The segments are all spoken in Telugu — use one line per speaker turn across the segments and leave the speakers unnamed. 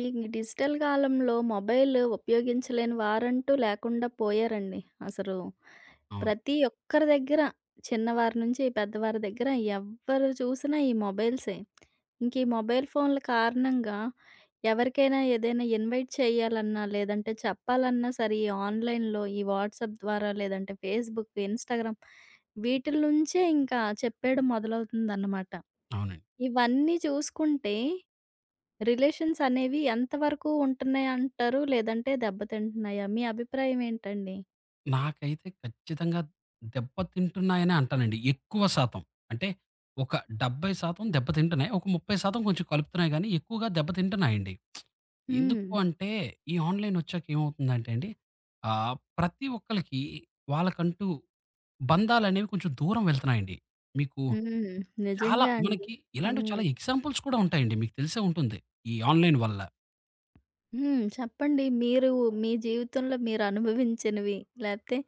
ఈ డిజిటల్ కాలంలో మొబైల్ ఉపయోగించలేని వారంటూ లేకుండా పోయారండి. అసలు
అవును.
ప్రతి ఒక్కరి దగ్గర చిన్నవారి నుంచి పెద్దవారి దగ్గర ఎవ్వరు చూసినా ఈ మొబైల్సే. ఇంక ఈ మొబైల్ ఫోన్‌ల కారణంగా ఎవరికైనా ఏదైనా ఇన్వైట్ చేయాలన్నా, లేదంటే చెప్పాలన్నా సరే ఈ ఆన్‌లైన్‌లో ఈ వాట్సాప్ ద్వారా లేదంటే ఫేస్‌బుక్, ఇన్‌స్టాగ్రామ్ వీటిల నుంచే ఇంకా చెప్పేయడం మొదలవుతుందన్నమాట.
అవునండి.
ఇవన్నీ చూసుకుంటే రిలేషన్స్ అనేవి ఎంతవరకు ఉంటున్నాయి అంటారు? లేదంటే దెబ్బతింటున్నాయా? మీ అభిప్రాయం ఏంటండి?
నాకైతే ఖచ్చితంగా దెబ్బతింటున్నాయనే అంటానండి. ఎక్కువ శాతం. అంటే ఒక 70% దెబ్బతింటున్నాయి. ఒక 30% కొంచెం కలుపుతున్నాయి గానీ, ఎక్కువగా దెబ్బతింటున్నాయండి. ఎందుకు
హ్మ్.
అంటే ఈ ఆన్‌లైన్ ఒచ్చాక ఏమవుతుందంటే అండి, ప్రతి ఒక్కళ్ళకి వాళ్ళకంటూ బంధాలనేవి కొంచెం దూరం వెళ్తున్నాయండి. మీకు
హ్మ్.
చాలా
నిజంగా అండి.
మనకి ఇలాంటివి
హ్మ్.
చాలా ఎగ్జాంపుల్స్ కూడా ఉంటాయండి. మీకు తెలిసే ఉంటుంది. ఈ ఆన్‌లైన్ వల్ల.
హ్మ్. చెప్పండి. మీరు మీ జీవితంలో మీరు అనుభవించినవి, లేతే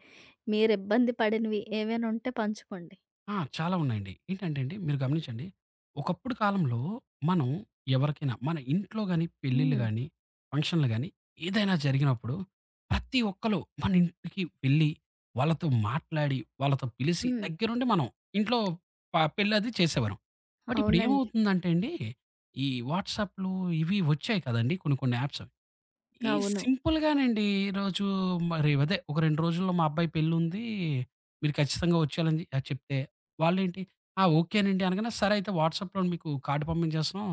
మీరు ఇబ్బంది పడినవి ఏవైనా ఉంటే పంచుకోండి.
ఆ! చాలా ఉన్నాయండి. ఏంటంటే అండి, మీరు గమనించండి. ఒకప్పుడు కాలంలో మనం ఎవరికైనా మన ఇంట్లో గాని, పెళ్ళిళ్ళు
హ్మ్.
గాని, ఫంక్షన్‌లు గాని ఏదైనా జరిగినప్పుడు ప్రతి ఒక్కళ్ళు మన ఇంటికి వెళ్ళి, వాళ్ళతో మాట్లాడి, వాళ్ళతో పిలిసి
హ్మ్.
దగ్గరుండి మనం ఇంట్లో పెళ్లది చేసేవారం. బట్ ఇప్పుడు
అవునండి.
ఏమవుతుందంటే అండి, ఈ వాట్సాప్‌లు ఇవి వచ్చాయి కదండీ! కొన్ని కొన్ని యాప్స్. ఈ
అవును.
సింపుల్‌గానండి. ఈరోజు మరి అదే ఒక 2 రోజుల్లో మా అబ్బాయి పెళ్లుంది. మీరు ఖచ్చితంగా వచ్చేయాలని చెప్తే వాళ్ళేంటి, "ఆ! ఓకేనండి" అనగానే, "సరే అయితే వాట్సాప్‌లో మీకు కార్డ్ పంపించేస్తున్నాం.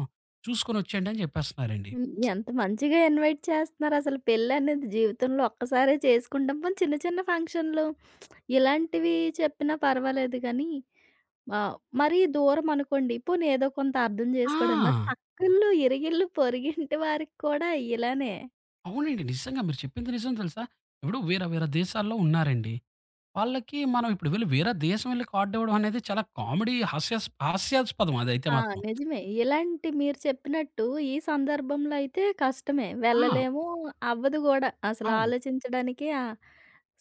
చూసుకొని వచ్చేయండి" అని చెప్పేస్తున్నారండి.
హ్మ్. ఎంత మంచిగా ఇన్వైట్ చేస్తున్నారు అసలు పెళ్లనేది జీవితంలో ఒక్కసారే చేసుకుంటాం. పోనీ చిన్న చిన్న ఫంక్షన్‌లు ఇలాంటివి చెప్పినా పర్వాలేదు గానీ, ఆహ్, మరీ దూరం అనుకోండి పోనీ ఏదో కొంత అర్థం చేసుకోవడం. మరి
ఆ!
పక్కిళ్ళు, ఇరిగిళ్ళు, పొరుగింటి వారికి కూడా ఇలానే.
అవునండి. నిజంగా మీరు చెప్పింది నిజం తెలుసా? ఇప్పుడు వేరే వేరే దేశాల్లో ఉన్నారండి. వాళ్ళకి మనం ఇప్పుడు వెళ్లి వేరే దేశం వెళ్లి కార్డ్ ఇవ్వడం అనేది చాలా కామెడీ హాస్యాస్పదం అదైతే
ఆ!
మాత్రం.
నిజమే. ఇలాంటి మీరు చెప్పినట్టు ఈ సందర్భంలో అయితే కష్టమే.
ఆ!
వెళ్ళలేము, అవ్వదు గూడా. అసలు
అవును.
ఆలోచించడానికి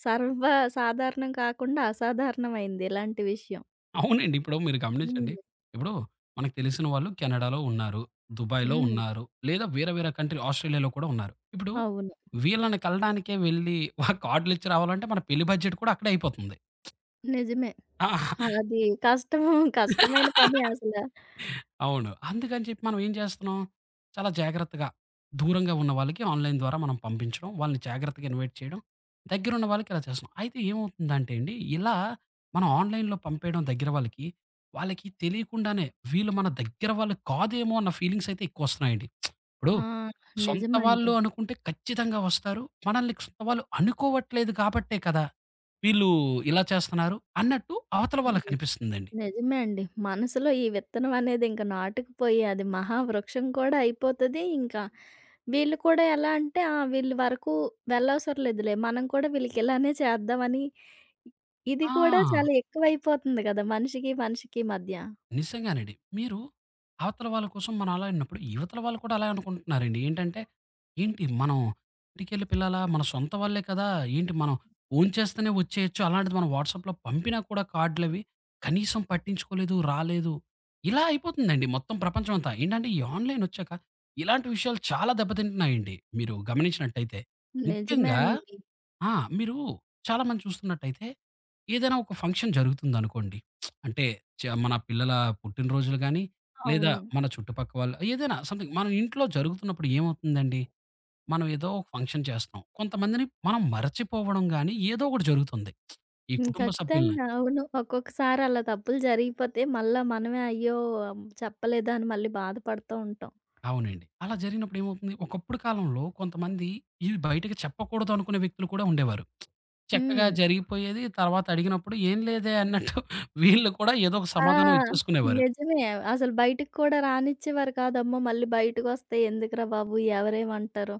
సర్వ సాధారణం కాకుండా అసాధారణమైంది ఇలాంటి విషయం.
అవునండి. ఇప్పుడు మీరు
హ్మ్.
గమనించండి. ఇప్పుడు మనకు తెలిసిన వాళ్ళు కెనడాలో ఉన్నారు. దుబాయ్‌లో
హ్మ్.
ఉన్నారు. లేదా వేరే వేరే కంట్రీ ఆస్ట్రేలియాలో కూడా ఉన్నారు. ఇప్పుడు
అవును.
వీళ్ళని కలడానికే వెళ్లి, వాళ్ళకి కార్డ్‌లిచ్చి రావాలంటే మన పెళ్లి బడ్జెట్ కూడా అక్కడే అయిపోతుంది.
నిజమే. అది కష్టం కష్టమైన
ఆ!
పని అసల.
అవును. అందుకని చెప్పి మనం ఏం చేస్తున్నాం, చాలా జాగ్రత్తగా దూరంగా ఉన్న వాళ్ళకి ఆన్‌లైన్ ద్వారా మనం పంపించడం, వాళ్ళని జాగ్రత్తగా ఇన్వైట్ చేయడం, దగ్గరున్న వాళ్ళకి ఇలా చేస్తున్నాం. అయితే ఏమవుతుందంటే అండి, ఇలా మనం ఆన్‌లైన్‌లో పంపేయడం దగ్గర వాళ్ళకి, వాళ్ళకి తెలియకుండానే వీళ్ళు మన దగ్గర వాళ్ళు కాదేమో అన్న ఫీలింగ్స్ అయితే ఎక్కువొస్తున్నాయండి. ఇప్పుడు
ఆ!
సొంత వాళ్ళు
నిజమండి.
అనుకుంటే ఖచ్చితంగా వస్తారు. మనల్ని సొంత వాళ్ళు అనుకోవట్లేదు కాబట్టే కదా! వీళ్ళు ఇలా చేస్తున్నారు అన్నట్టు అవతల
ని
వాళ్ళకనిపిస్తుందండి.
నిజమే అండి. మనసులో ఈ విత్తనం అనేది ఇంక నాటుకుపోయి అది మహావృక్షం కూడా అయిపోతది. ఇంకా వీళ్ళు కూడా ఎలా అంటే, ఆ! వీళ్ళ వరకు వెళ్ళవసరం లేదులే. మనం కూడా వీళ్ళకి ఇలానే చేద్దామని ఇది
ఆ!
కూడా చాలా ఎక్కువైపోతుంది కదా! మనిషికి, మనిషికి మధ్య.
నిజంగానండి. మీరు అవతల వాళ్ళ కోసం మనం అలా అన్నప్పుడు, యువతల వాళ్ళు కూడా అలాగే అనుకుంటున్నారండి. ఏంటంటే, ఏంటి మనం ఇంటికెళ్ళి పిల్లాలా? మన సొంత వాళ్ళే కదా! ఏంటి మనం ఓన్ చేస్తేనే వచ్చేయొచ్చు. అలాంటిది మనం వాట్సాప్‌లో పంపినా కూడా కార్డులవి కనీసం పట్టించుకోలేదు, రాలేదు. ఇలా అయిపోతుందండి మొత్తం ప్రపంచం అంతా. ఏంటంటే, ఈ ఆన్‌లైన్ వచ్చాక ఇలాంటి విషయాలు చాలా దెబ్బతింటున్నాయండి. మీరు గమనించినట్టయితే.
నిజమే
ముఖ్యంగా
అండి.
ఆ! మీరు చాలామంది చూస్తున్నట్టయితే, ఏదైనా ఒక ఫంక్షన్ జరుగుతుందనుకోండి. అంటే మన పిల్లల పుట్టినరోజులు గానీ, లేదా
అవును.
మన చుట్టుపక్క వాళ్ళు ఏదైనా సమ్‌థింగ్ మన ఇంట్లో జరుగుతున్నప్పుడు ఏమవుతుందండి? మనం ఏదో ఒక ఫంక్షన్ చేస్తున్నాం. కొంతమందిని మనం మరచిపోవడం గానీ, ఏదో ఒకటి జరుగుతుంది. ఈ
హ్మ్.
కుటుంబ సభ్యుల్ని
ఖచ్చితంగా. అవును. ఒక్కొక్కసారి అలా తప్పులు జరిగిపోతే మళ్ళా మనమే అయ్యో! చెప్పలేదా అని మళ్ళీ బాధపడుతూ ఉంటాం.
అవునండి. అలా జరిగినప్పుడు ఏమవుతుంది? ఒకప్పుడు కాలంలో కొంతమంది ఇవి బయటకి చెప్పకూడదు అనుకునే వ్యక్తులు కూడా ఉండేవారు. చక్కగా
హ్మ్.
జరిగిపోయేది. తర్వాత అడిగినప్పుడు, "ఏం లేదే" అన్నట్టు వీళ్ళు కూడా ఏదో ఒక
ఆ!
సమాధానం ఇచ్చేసుకునేవారు.
నిజమే. అసలు బయటికి కూడా రానిచ్చేవారు కాదమ్మా! మళ్ళీ బయటకొస్తే ఎందుకురా బాబు! ఎవరేమంటారో!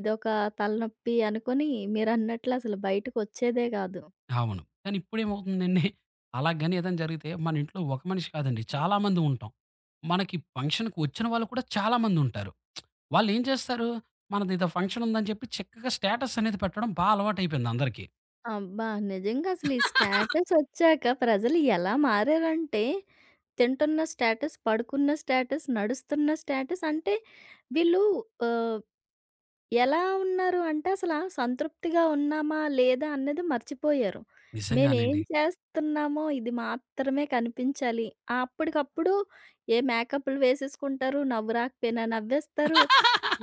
ఇదొక తలనొప్పి అనుకుని మీరన్నట్లు అసలు బయటకొచ్చేదే కాదు.
అవును. కానీ ఇప్పుడేమవుతుందండి, అలాగని ఏదైనా జరిగితే మన ఇంట్లో ఒక మనిషి కాదండి చాలా మంది ఉంటాం. మనకి ఫంక్షన్‌కి వచ్చిన వాళ్ళు కూడా చాలా మందుంటారు. వాళ్ళేం చేస్తారు, మనదేదో ఫంక్షన్ ఉందని చెప్పి చక్కగా స్టేటస్ అనేది పెట్టడం అలవాటైపోయింది అందరికీ.
అబ్బా! నిజంగా అసలు ఈ స్టేటస్ ఒచ్చాక ప్రజలు ఎలా మారారంటే, తింటున్న స్టేటస్, పడుకున్న స్టేటస్, నడుస్తున్న స్టేటస్ అంటే వీళ్ళు ఆహ్ ఎలా ఉన్నారు అంటే అసలా సంతృప్తిగా ఉన్నామా? లేదా? అన్నది మర్చిపోయారు. మేమేం
నిజంగానండి.
చేస్తున్నామో ఇది మాత్రమే కనిపించాలి. అప్పటికప్పుడు ఏ మేకప్‌లు వేసేసుకుంటారు. నవ్వు రాకపోయినా నవ్వేస్తారు.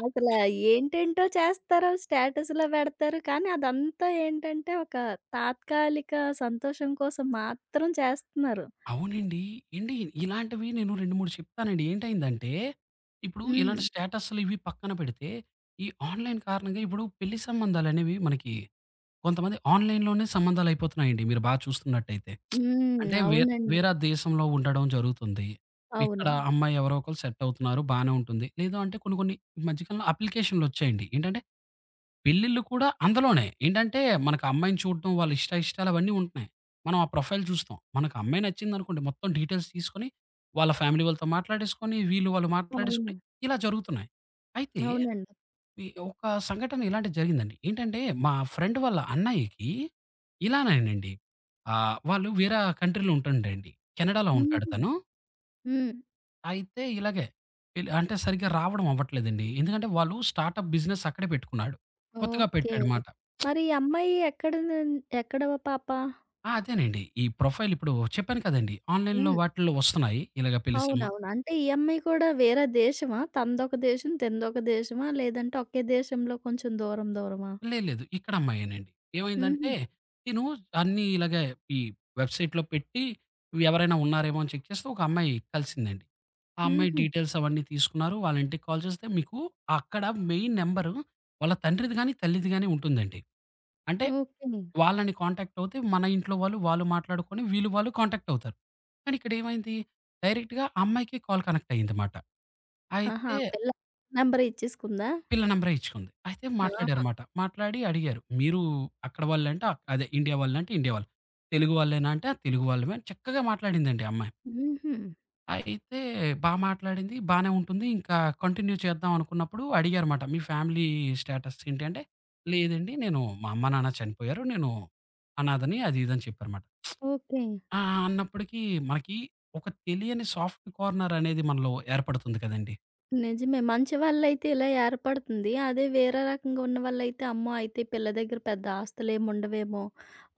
అసల ఏంటేంటో చేస్తారు. స్టేటస్‌లో పెడతారు. కానీ అదంతా ఏంటంటే ఒక తాత్కాలిక సంతోషం కోసం మాత్రం చేస్తున్నారు.
అవునండి. ఏండి ఇలాంటివి నేను 2, 3 చెప్తానండి. ఏంటయిందంటే, ఇప్పుడు
హ్మ్.
ఇలాంటి స్టేటస్‌లు ఇవి పక్కన పెడితే, ఈ ఆన్‌లైన్ కారణంగా ఇప్పుడు పెళ్లి సంబంధాలనేవి మనకి కొంతమంది ఆన్‌లైన్‌లోనే సంబంధాలయిపోతున్నాయండి. మీరు బా చూస్తున్నట్టయితే.
హ్మ్.
అంటే
అవునండి.
వేరే దేశంలో ఉండడం జరుగుతుంది. ఇక్కడ
అవును.
అమ్మాయి ఎవరో ఒకళ్ళు సెట్ అవుతున్నారు. బానే ఉంటుంది. లేదు అంటే కొన్ని కొన్ని ఈ మధ్య కాలంలో అప్లికేషన్‌లొచ్చాయండి. ఏంటంటే పెళ్ళిళ్ళు కూడా అందులోనే. ఏంటంటే మనకు అమ్మాయిని చూడడం, వాళ్ళ ఇష్టాయిష్టాలు అవన్నీ ఉంటున్నాయి. మనం ఆ ప్రొఫైల్ చూస్తాం. మనకు అమ్మాయి నచ్చిందనుకోండి మొత్తం డీటెయిల్స్ తీసుకొని, వాళ్ళ ఫ్యామిలీ వాళ్ళతో మాట్లాడేసుకొని, వీళ్ళు వాళ్ళు
అవును.
మాట్లాడేసుకొని ఇలా జరుగుతున్నాయి. అయితే
అవునండి.
ఈ ఒక సంఘటన ఇలాంటిది జరిగిందండి. ఏంటంటే, మా ఫ్రెండ్ వాళ్ళ అన్నయ్యకి ఇలానేనండి. వాళ్ళు వేరే కంట్రీలో ఉంటుండండి. కెనడాలో ఉంటాడు
హుహు.
తను.
హ్మ్.
అయితే ఇలాగే అంటే సరిగ్గా రావడం అవ్వట్లేదండి. ఎందుకంటే, వాళ్ళు స్టార్టప్ బిజినెస్ అక్కడే పెట్టుకున్నాడు. కొత్తగా
ఓకే.
పెట్టాడుమాట.
మరి ఈ అమ్మాయి ఎక్కడ ఎక్కడ పాప?
ఆ! అదేనండి. ఈ ప్రొఫైల్ ఇప్పుడు చెప్పాను కదండీ! ఆన్‌లైన్‌లో
హ్మ్.
వాటిల్లో వస్తున్నాయి. ఇలాగ పెలిసమ్మ
అవునవును. అంటే ఈ అమ్మాయి కూడా వేరే దేశమా? తనదొక దేశం, తనదొక దేశమా? లేదంటే ఒకే దేశంలో కొంచెం దూరం దూరమా?
లేదు లేదు. ఇక్కడ అమ్మాయేనండి.
హుహు.
ఏమైందంటే తిను అన్నీ ఇలాగే ఈ వెబ్‌సైట్‌లో పెట్టి ఎవరైనా ఉన్నారేమో అని చెక్ చేస్తే ఒక అమ్మాయి కలిసిందండి. ఆ అమ్మాయి
హుహు.
డీటెయిల్స్ అవన్నీ తీసుకున్నారు. వాళ్ళ ఇంటికి కాల్ చేస్తే మీకు అక్కడ మెయిన్ నంబరు వాళ్ళ తండ్రిది గాని, తల్లిది గాని ఉంటుందండి. అంటే
ఓకే.
వాళ్ళని కాంటాక్ట్ అవుతే మన ఇంట్లో వాళ్ళు, వాళ్ళు మాట్లాడుకొని వీళ్ళు వాళ్ళు కాంటాక్ట్ అవుతారు. కానీ ఇక్కడేమైంది డైరెక్ట్‌గా ఆ అమ్మాయికే కాల్ కనెక్ట్ అయ్యిందమాట.
ఆహా!
అయితే
ఆ పిల్ల నెంబర్ ఇచ్చేసుకుందా?
పిల్ల నంబరే ఇచ్చుకుంది. అయితే
ఆహా!
మాట్లాడారమాట. మాట్లాడి అడిగారు. "మీరు అక్కడ వాళ్ళంటే అదే ఇండియా వాళ్ళంటే ఇండియా వాళ్ళు. తెలుగు వాళ్ళేనా?" అంటే, "ఆ! తెలుగు వాళ్ళమే" అని చక్కగా మాట్లాడిందండి ఆ అమ్మాయి.
హుహు.
అయితే బా మాట్లాడింది. బానే ఉంటుంది. ఇంకా కంటిన్యూ చేద్దాం అనుకున్నప్పుడు అడిగారుమాట. "మీ ఫ్యామిలీ స్టేటస్ ఏంటి?" అంటే, "లేదండి. నేను మా అమ్మ, నాన్న చనిపోయారు. నేను అనాథని" అది ఇది అని చెప్పారుమాట.
ఓకే.
ఆ! అన్నప్పటికి మనకి ఒక తెలియని సాఫ్ట్ కార్నర్ అనేది మనలో ఏర్పడుతుంది కదండీ!
నిజమే. మంచి వాళ్ళైతే ఇలా ఏర్పడుతుంది. అదే వేరే రకంగా ఉన్న వాళ్ళైతే, అమ్మో! అయితే పిల్ల దగ్గర పెద్ద ఆస్తులేముండవేమో,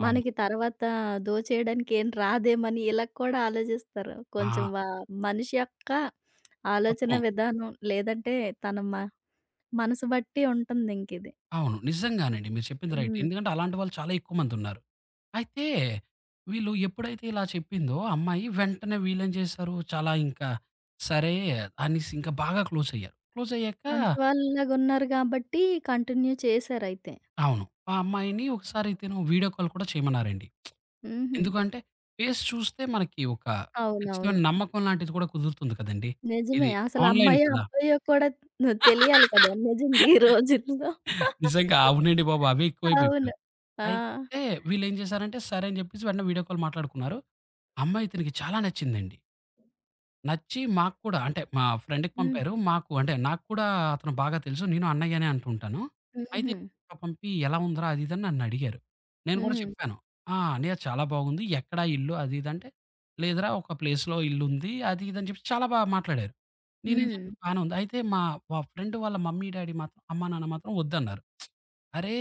అవును.
మనకి తర్వాత దోచేయడానికి ఏం రాదేమని ఇలా కూడా ఆలోచిస్తారు. కొంచెం
ఆ!
వా మనిషి యొక్క ఆలోచన
తత్వం.
విధానం లేదంటే తన మనసు బట్టి ఉంటుందింకిది.
అవును. నిజంగానండి. మీరు చెప్పింది రైట్.
హ్మ్.
ఎందుకంటే అలాంటి వాళ్ళు చాలా ఎక్కువ మందున్నారు. అయితే వీళ్ళు ఎప్పుడైతే ఇలా చెప్పిందో అమ్మాయి వెంటనే వీళ్ళేం చేశారు, చాలా ఇంకా సరే అనేసి ఇంకా బాగా క్లోజయ్యారు. క్లోజయ్యాక
మంచి వాళ్ళలాగున్నారు గాబట్టి కంటిన్యూ చేశారైతే.
అవును. ఆ అమ్మాయిని ఒకసారి వీడియో కాల్ కూడా చేయమన్నారండి.
హుహు.
ఎందుకంటే ఫేస్ చూస్తే మనకి ఒక ఖచ్చితమైన
అవునవును.
నమ్మకం లాంటిది కూడా కుదురుతుంది కదండీ!
నిజమే.
ఇది
అసలు
ఆన్‌లైన్
అమ్మాయో,
కదా!
అబ్బాయో కూడా తెలియాలి కదా! నిజంగా ఈ రోజుల్లో.
నిజంగా అవునండి బాబు. అవే ఎక్కువైపోయాయి ఇప్పుడు.
అవును. ఆ!
అయితే వీళ్ళేం చేశారంటే సరే అని చెప్పేసి వెంటనే వీడియో కాల్ మాట్లాడుకున్నారు. అమ్మాయి ఇతనికి చాలా నచ్చిందండి. నచ్చి మాకు కూడా అంటే మా ఫ్రెండ్‌కి
హ్మ్.
పంపారు. మాకు అంటే నాకు కూడా అతను బాగా తెలుసు. నేను అన్నయ్య అనే అంటూ ఉంటాను. అయితే
హుహు.
పంపి ఎలా ఉందిరా? అది ఇది అని నన్నడిగారు. నేను కూడా
హ్మ్.
చెప్పాను. "ఆ! అన్నయ్య చాలా బాగుంది. ఎక్కడ ఇల్లు?" అది ఇది అంటే, "లేదురా ఒక ప్లేస్‌లో ఇల్లుంది." అది ఇది అని చెప్పి చాలా బాగా మాట్లాడారు. నేనేం హ్మ్.
హ్మ్.
చేశాను బానే ఉంది. అయితే మా మా ఫ్రెండ్ వాళ్ళ మమ్మీ, డ్యాడీ మాత్రం అమ్మా, నాన్న మాత్రం వద్దన్నారు. అరే!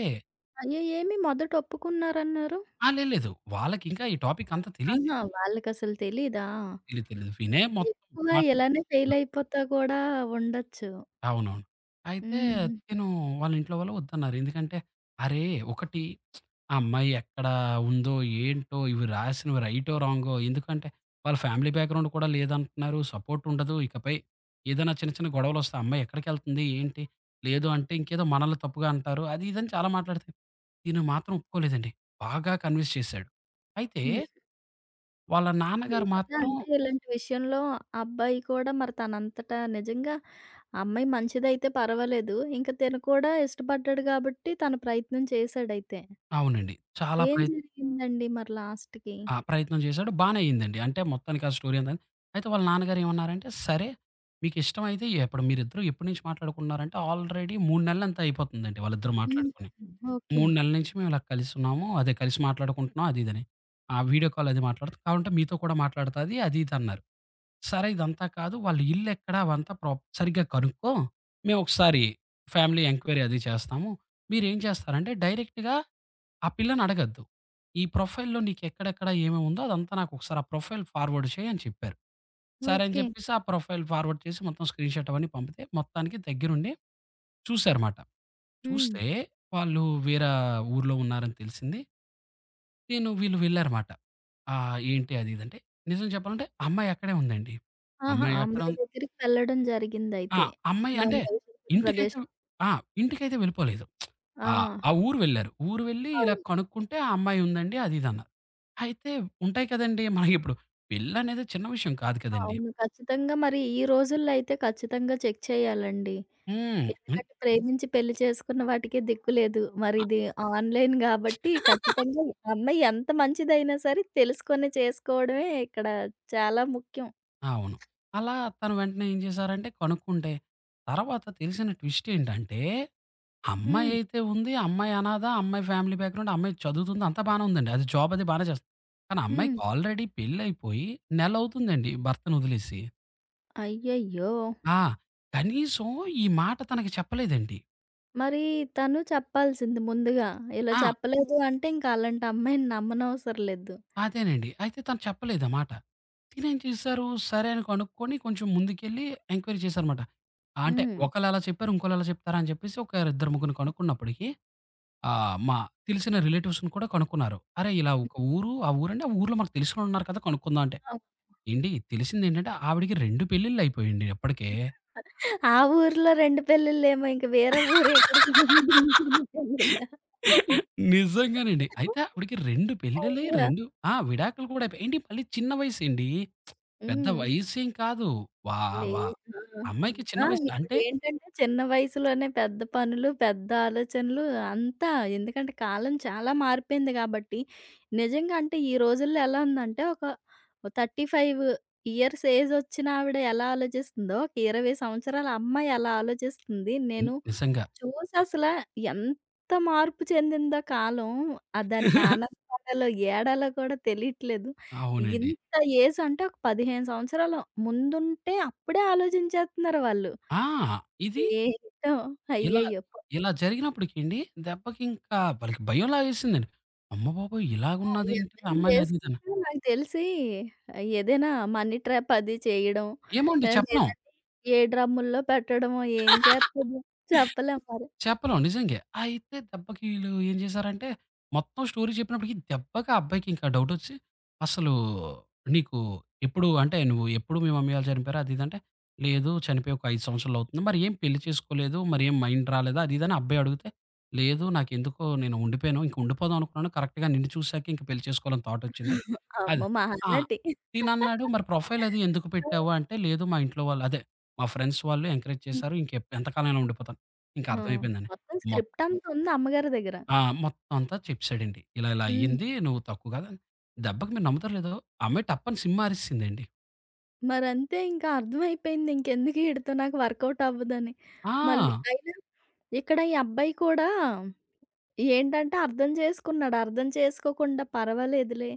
అయ్యో! ఏమి మొదట ఒప్పుకున్నారన్నారు?
ఆ! లేదు లేదు. వాళ్ళకింకా ఈ టాపిక్ అంత తెలీదు.
ఆహా! వాళ్ళకసలు తెలీదా?
తెలీదు తెలీదు. వినే మొత్తం
ఎక్కువ ఇలానే ఫెయిల్
మాట్లాడుకున్నాం.
అయిపోతా కూడా ఉండొచ్చు.
అవునవును. అయితే
హ్మ్.
తిను వాళ్ళ ఇంట్లో వాళ్ళు వద్దన్నారు. ఎందుకంటే, అరే! ఒకటి ఆ అమ్మాయి ఎక్కడ ఉందో, ఏంటో ఇవి రాసినవి రైటో, రాంగో ఎందుకంటే, వాళ్ళ ఫ్యామిలీ బ్యాక్‌గ్రౌండ్ కూడా లేదంటున్నారు. సపోర్ట్ ఉండదు. ఇకపై ఏదైనా చిన్న చిన్న గొడవలొస్తే ఆ అమ్మాయి ఎక్కడికెళ్తుంది? ఏంటి? లేదు అంటే ఇంకేదో మనల్ని తప్పుగా అంటారు. అది ఇది అని చాలా మాట్లాడితే, మాత్రం ఒప్పుకోలేదండి. బాగా కన్విన్స్ చేశాడు. అయితే
హ్మ్.
వాళ్ళ నాన్నగారు
ఏదైనా
మాత్రం
అంటే ఇలాంటి విషయంలో అబ్బాయి కూడా మరి తనంతట నిజంగా అమ్మాయి మంచిదైతే పర్వాలేదు. ఇంక తిను కూడా ఇష్టపడ్డాడు గాబట్టి తన ప్రయత్నం చేశాడైతే.
అవునండి. చాలా
ఏం
ప్రయత్
జరిగిందండి మరి లాస్ట్‌కి?
ఆ! ప్రయత్నం చేశాడు. బానే అయిందండి. అంటే మొత్తానికి ఆ స్టోరీ అంతా అయితే వాళ్ళ నాన్నగారు ఏమన్నారంటే, "సరే మీకిష్టమైతే ఇప్పుడు మీరిద్దరూ ఎప్పటి నుంచి మాట్లాడుకుంటున్నారంటే ఆల్రెడీ 3 నెలలు ఎంతో అయిపోతుందండి వాళ్ళిద్దరూ
హ్మ్.
మాట్లాడుకొని.
ఓకే.
3 నెలల నుంచి మేము ఇలా కలిసున్నాము. అదే కలిసి మాట్లాడుకుంటున్నాం అది ఇదని. ఆ వీడియో కాల్ అది మాట్లాడుతాం. కావాలంటే మీతో కూడా మాట్లాడుతాది" అది ఇది అన్నారు. సరే ఇదంతా కాదు వాళ్ళ ఇల్లెక్కడ అవంతా ప్రాప్ సరిగ్గా కనుక్కో. మేమొకసారి ఫ్యామిలీ ఎంక్వైరీ అది చేస్తాము. మీరేం చేస్తారంటే డైరెక్ట్‌గా ఆ పిల్లనడగద్దు. "ఈ ప్రొఫైల్‌లో నీకెక్కడెక్కడ ఏమేముందో అదంతా నాకొకసారి ఆ ప్రొఫైల్ ఫార్వర్డ్ చెయి" అని చెప్పారు. సరే అని
ఓకే.
చెప్పేసి ఆ ప్రొఫైల్ ఫార్వర్డ్ చేసి మొత్తం స్క్రీన్‌షాట్ అవన్నీ పంపితే మొత్తానికి దగ్గరుండి చూసారుమాట.
హ్మ్.
చూస్తే వాళ్ళు వేరే ఊర్లో ఉన్నారని తెలిసింది. నేను వీళ్ళు వెళ్ళారుమాట. ఏంటి అది ఇది అంటే నిజం చెప్పాలంటే అమ్మాయి అక్కడే ఉందండి.
ఆహా!
అమ్మాయి
ఆ
అక్కడ
అమ్మాయి దగ్గరికి వెళ్ళడం
ఆ!
జరిగిందయితే.
అమ్మాయి
తను
అంటే
నివసించిన
ఇంటికైతే
ప్రదేశం
ఆ! ఇంటికైతే వెళ్ళిపోలేదు.
ఆ!
ఆ! ఆ ఊరు వెళ్లారు. ఊరు వెళ్లి ఇలా
అవును.
కనుక్కుంటే ఆ అమ్మాయి ఉందండి అది ఇది అన్నారు. అయితే ఉంటాయి కదండీ! మనకిప్పుడు పెళ్లనేది చిన్న విషయం కాదు కదండీ!
అవును. ఖచ్చితంగా మరి ఈ రోజుల్లో అయితే ఖచ్చితంగా చెక్ చేయాలండి.
హ్మ్. హ్మ్.
ఎందుకంటే ప్రేమించి పెళ్లి చేసుకున్న వాటికే దిక్కు లేదు. మరి
ఆ!
ఇది ఆన్‌లైన్ గాబట్టి ఖచ్చితంగా అమ్మాయి ఎంత మంచిదైనా సరే తెలుసుకొని చేసుకోవడమే ఇక్కడ చాలా ముఖ్యం.
అవును. అలా తను వెంటనే ఏం చేశారంటే కనుక్కుంటే, తర్వాత తెలిసిన ట్విస్ట్ ఏంటంటే, అమ్మాయి
హ్మ్.
అయితే ఉంది, అమ్మాయి అనాథ, అమ్మాయి ఫ్యామిలీ బ్యాక్‌గ్రౌండ్, అమ్మాయి చదువుతుంది అంతా బానే ఉందండి. అది జాబ్ అది బానే చేస్తుంది. కానీ అమ్మాయికి
హ్మ్.
ఆల్రెడీ పెళ్లయిపోయి నెలవుతుందండి భర్తను వదిలేసి.
అయ్యయ్యో!
ఆ! కనీసం ఈ మాట తనకి చెప్పలేదండి.
మరి తను చెప్పాల్సింది ముందుగా. ఇలా
ఆ!
చెప్పలేదు అంటే ఇంక అలాంటి అమ్మాయిని నమ్మనవసరం లేదు.
అదేనండి. అయితే తను చెప్పలేదు ఆ మాట. చేశారు, సరే అని కనుక్కొని కొంచెం ముందుకెళ్ళి ఎంక్వైరీ చేశారనమాట. అంటే
హ్మ్.
ఒకళ్ళు అలా చెప్పారు, ఇంకోళ్ళు అలా చెప్తారా అని చెప్పేసి ఒక ఇద్దరు ముగ్గురిని కనుక్కున్నప్పటికి మా తెలిసిన రిలేటివ్స్‌ని కూడా కనుక్కున్నారు. అరె! ఇలా ఒక ఊరు, ఆ ఊరంటే ఆ ఊర్లో మనకు తెలిసినోళ్ళు ఉన్నారు కదా! కనుక్కుందాం అంటే, ఏండి తెలిసిందేంటంటే ఆవిడకి 2 పెళ్లిళ్లు అయిపోయాయండి అప్పటికే.
ఆ ఊర్లో 2 పెళ్ళిళ్ళేమో ఇంక వేరే ఊరు ఎక్కడికి పెళ్ళిళ్ళా?
నిజంగానండి. అయితే ఆవిడకి 2 పెళ్ళిళ్ళే,
అయ్యో!
2 ఆ! విడాకులు కూడా అయిపోయాయి. ఏండి మళ్ళీ చిన్న వయసండి. పెద్ద
హ్మ్.
వయసేం కాదు. వా
లే
వా
ఆ!
అమ్మాయికి చిన్న
ఆ!
వయసు. అంటే
ఇప్పుడేంటంటే చిన్న వయసులోనే పెద్ద పనులు, పెద్ద ఆలోచనలు అంతా ఎందుకంటే కాలం చాలా మారిపోయింది గాబట్టి, నిజంగా అంటే ఈ రోజుల్లో ఎలా ఉందంటే ఒక 35 ఇయర్స్ ఏజ్ ఒచ్చిన ఆవిడ ఎలా ఆలోచిస్తుందో, ఒక 20 సంవత్సరాల అమ్మాయి ఎలా ఆలోచిస్తుంది.
హ్మ్.
నేను
నిజంగా.
చూసి అసలా ఎంత మార్పు చెందిందో కాలం. ఆ దానికి ఆనందపడాలో, ఏడాలో కూడా తెలియట్లేదు.
అవునండి.
ఇంత ఏజ్ అంటే ఒక 15 సంవత్సరాల ముందుంటే అప్పుడే ఆలోచించేస్తున్నారు వాళ్ళు.
ఆ! ఇది
ఏంటో
ఇలా
అయ్యయ్యో! పాపం
ఇలా జరిగినప్పటికండి దెబ్బకింకా వాళ్ళకి భయం లాగేసిందండి. అమ్మబాబోయ్!
ఈ
ఇలాగున్నదేంటి
అబ్బాయిని
అమ్మాయి అది ఇదని.
చేసుకున్నా నాకు తెలిసి ఏదైనా మనీ ట్రాప్ అది చేయడం.
ఏమో అండి చెప్పలేం.
లేదంటే ఏ డ్రమ్ముల్లో పెట్టడమో ఏం చేత్తదో చెప్పలేం మరి.
చెప్పలేం నిజంగే. అయితే దెబ్బకి ఈళ్ళు ఏం చేశారంటే, మొత్తం స్టోరీ చెప్పినప్పటికి దెబ్బకి ఆ అబ్బాయికి ఇంకా డౌటొచ్చి, అసలు నీకు ఎప్పుడు అంటే, "నువ్వు ఎప్పుడు మీ మమ్మీ వాళ్ళు చనిపోయారు?" అది ఇది అంటే, "లేదు చనిపోయి ఒక 5 సంవత్సరాలవుతుంది. మరి ఏం పెళ్లి చేసుకోలేదు, మరి ఏం మైండ్ రాలేదా?" అది ఇది అని అబ్బాయి అడిగితే, "లేదు నాకెందుకో నేను ఉండిపోయాను. ఇంక ఉండిపోదాం అనుకున్నాను. కరెక్ట్‌గా నిన్ను చూసాకే ఇంక పెళ్లి చేసుకోవాలని థాటొచ్చింది." అది
అమ్మో!
ఆ!
మహానటి.
తినన్నాడు, "మరి ప్రొఫైల్ అది ఎందుకు
ఆ!
పెట్టావు?" అంటే, "లేదు మా ఇంట్లో వాళ్ళు అదే మా ఫ్రెండ్స్ వాళ్ళు ఎంకరేజ్ చేశారు. ఎంతకాలం ఇలా ఉండిపోతాను." ఇంకా
ఆ!
అర్థమైపోయిందండి.
మొత్తం
మొత్
స్క్రిప్ట్ అంతా ఉంది అమ్మగారి దగ్గర.
ఆ! మొత్తం అంతా చెప్పేసాడండి. ఇలా ఇలా
హ్మ్.
అయ్యింది. నువ్వు తక్కువ కాదు అని. దెబ్బకి మీరు నమ్ముతారో లేదో ఆ అమ్మాయి టప్పని సిమ్ మారేసిందండి.
మరంతే ఇంకా అర్థమైపోయింది ఇంకెందుకు ఈడితో నాకు వర్కౌట్ అవ్వదని.
ఆ!
మళ్ళీ అయినా ఇక్కడ ఈ అబ్బాయి కూడా ఏంటంటే అర్థం చేసుకున్నాడు. అర్థం చేసుకోకుండా పర్వాలేదులే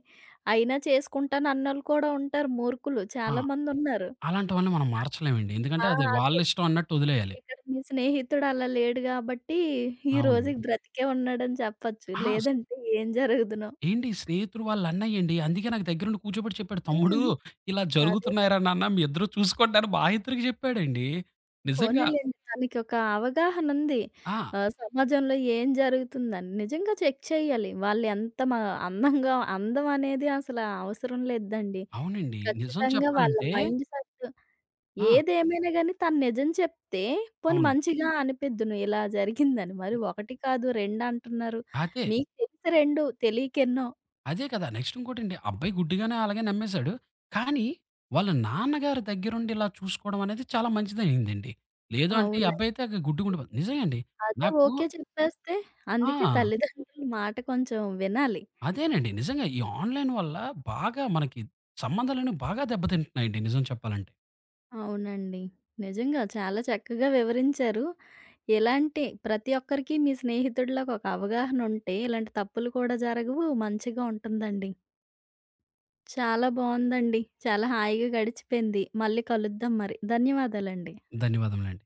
అయినా చేసుకుంటానన్నోళ్ళు కూడా ఉంటారు మూర్ఖులు
ఆ!
చాలామందున్నారు.
అలాంటివన్నీ మనం మార్చలేమండి. ఎందుకంటే
ఆ!
అది వాళ్ళ
అదే.
ఇష్టం అన్నట్టు వదిలేయాలి.
ఇక్కడ మీ స్నేహితుడు అలా లేడు గాబట్టి ఈ
అవునండి.
రోజుకి బ్రతికే ఉన్నాడని చెప్పొచ్చు.
ఆ!
లేదంటే ఏం జరుగుదునో.
ఏండి స్నేహితుడు వాళ్ళ అన్నయ్యండి. అందుకే నాకు దగ్గరుండి కూర్చోబెట్టి చెప్పాడు. తమ్ముడు
హ్మ్.
ఇలా
అదే కదా!
జరుగుతున్నాయిరా నాన్న మీ ఇద్దరు చూసుకోండి అని మా ఇద్దరికి చెప్పాడండి. నిజంగా
పోనీలెండి. తనకొక అవగాహనుంది.
ఆ!
సమాజంలో ఏం జరుగుతుందని. నిజంగా చెక్ చేయాలి. వాళ్ళెంత అందంగా అందం అనేది అసల అవసరం లేదండి.
అవునండి. నిజం
ఖచ్చితంగా వాళ్ళ
చెప్పాలంటే
మైండ్ సెట్
ఆ!
ఏదేమైనా గానీ తను నిజం చెప్తే పోనీ
అవును.
మంచిగా అనిపిద్దును. ఇలా జరిగిందని. మరి 1 కాదు 2 అంటున్నారు.
అదే.
మీకు తెలిసి 2 తెలియకెన్నో.
అదే కదా! నెక్స్ట్ ఇంకోటండి. అబ్బాయి గుడ్డిగానే అలాగే నమ్మేసాడు. కానీ, వాళ్ళ నాన్నగారి దగ్గరుండి ఇలా చూసుకోవడం అనేది చాలా మంచిదయిందండి. లేదు అంటే ఈ
అవునండి.
అబ్బాయి అయితే ఇక గుడ్డిగుండిపోదు. నిజంగా అండి.
అదే
నాకు
ఓకే చెప్పేస్తే
ఆ!
అందుకే తల్లిదండ్రుల మాట కొంచెం వినాలి.
అదేనండి. నిజంగా ఈ ఆన్‌లైన్ వల్ల బాగా మనకి సంబంధాలనేవి బాగా దెబ్బతింటున్నాయండి నిజం చెప్పాలంటే.
అవునండి. నిజంగా చాలా చక్కగా వివరించారు. ఎలాంటి ప్రతి ఒక్కరికి మీ స్నేహితుడిలాగా ఒక అవగాహన ఉంటే ఇలాంటి తప్పులు కూడా జరగవు. మంచిగా ఉంటుందండి. చాలా బావుందండి. చాలా హాయిగా గడిచిపోయింది. మళ్ళీ కలుద్దాం మరి. ధన్యవాదాలండి.
ధన్యవాదములండి.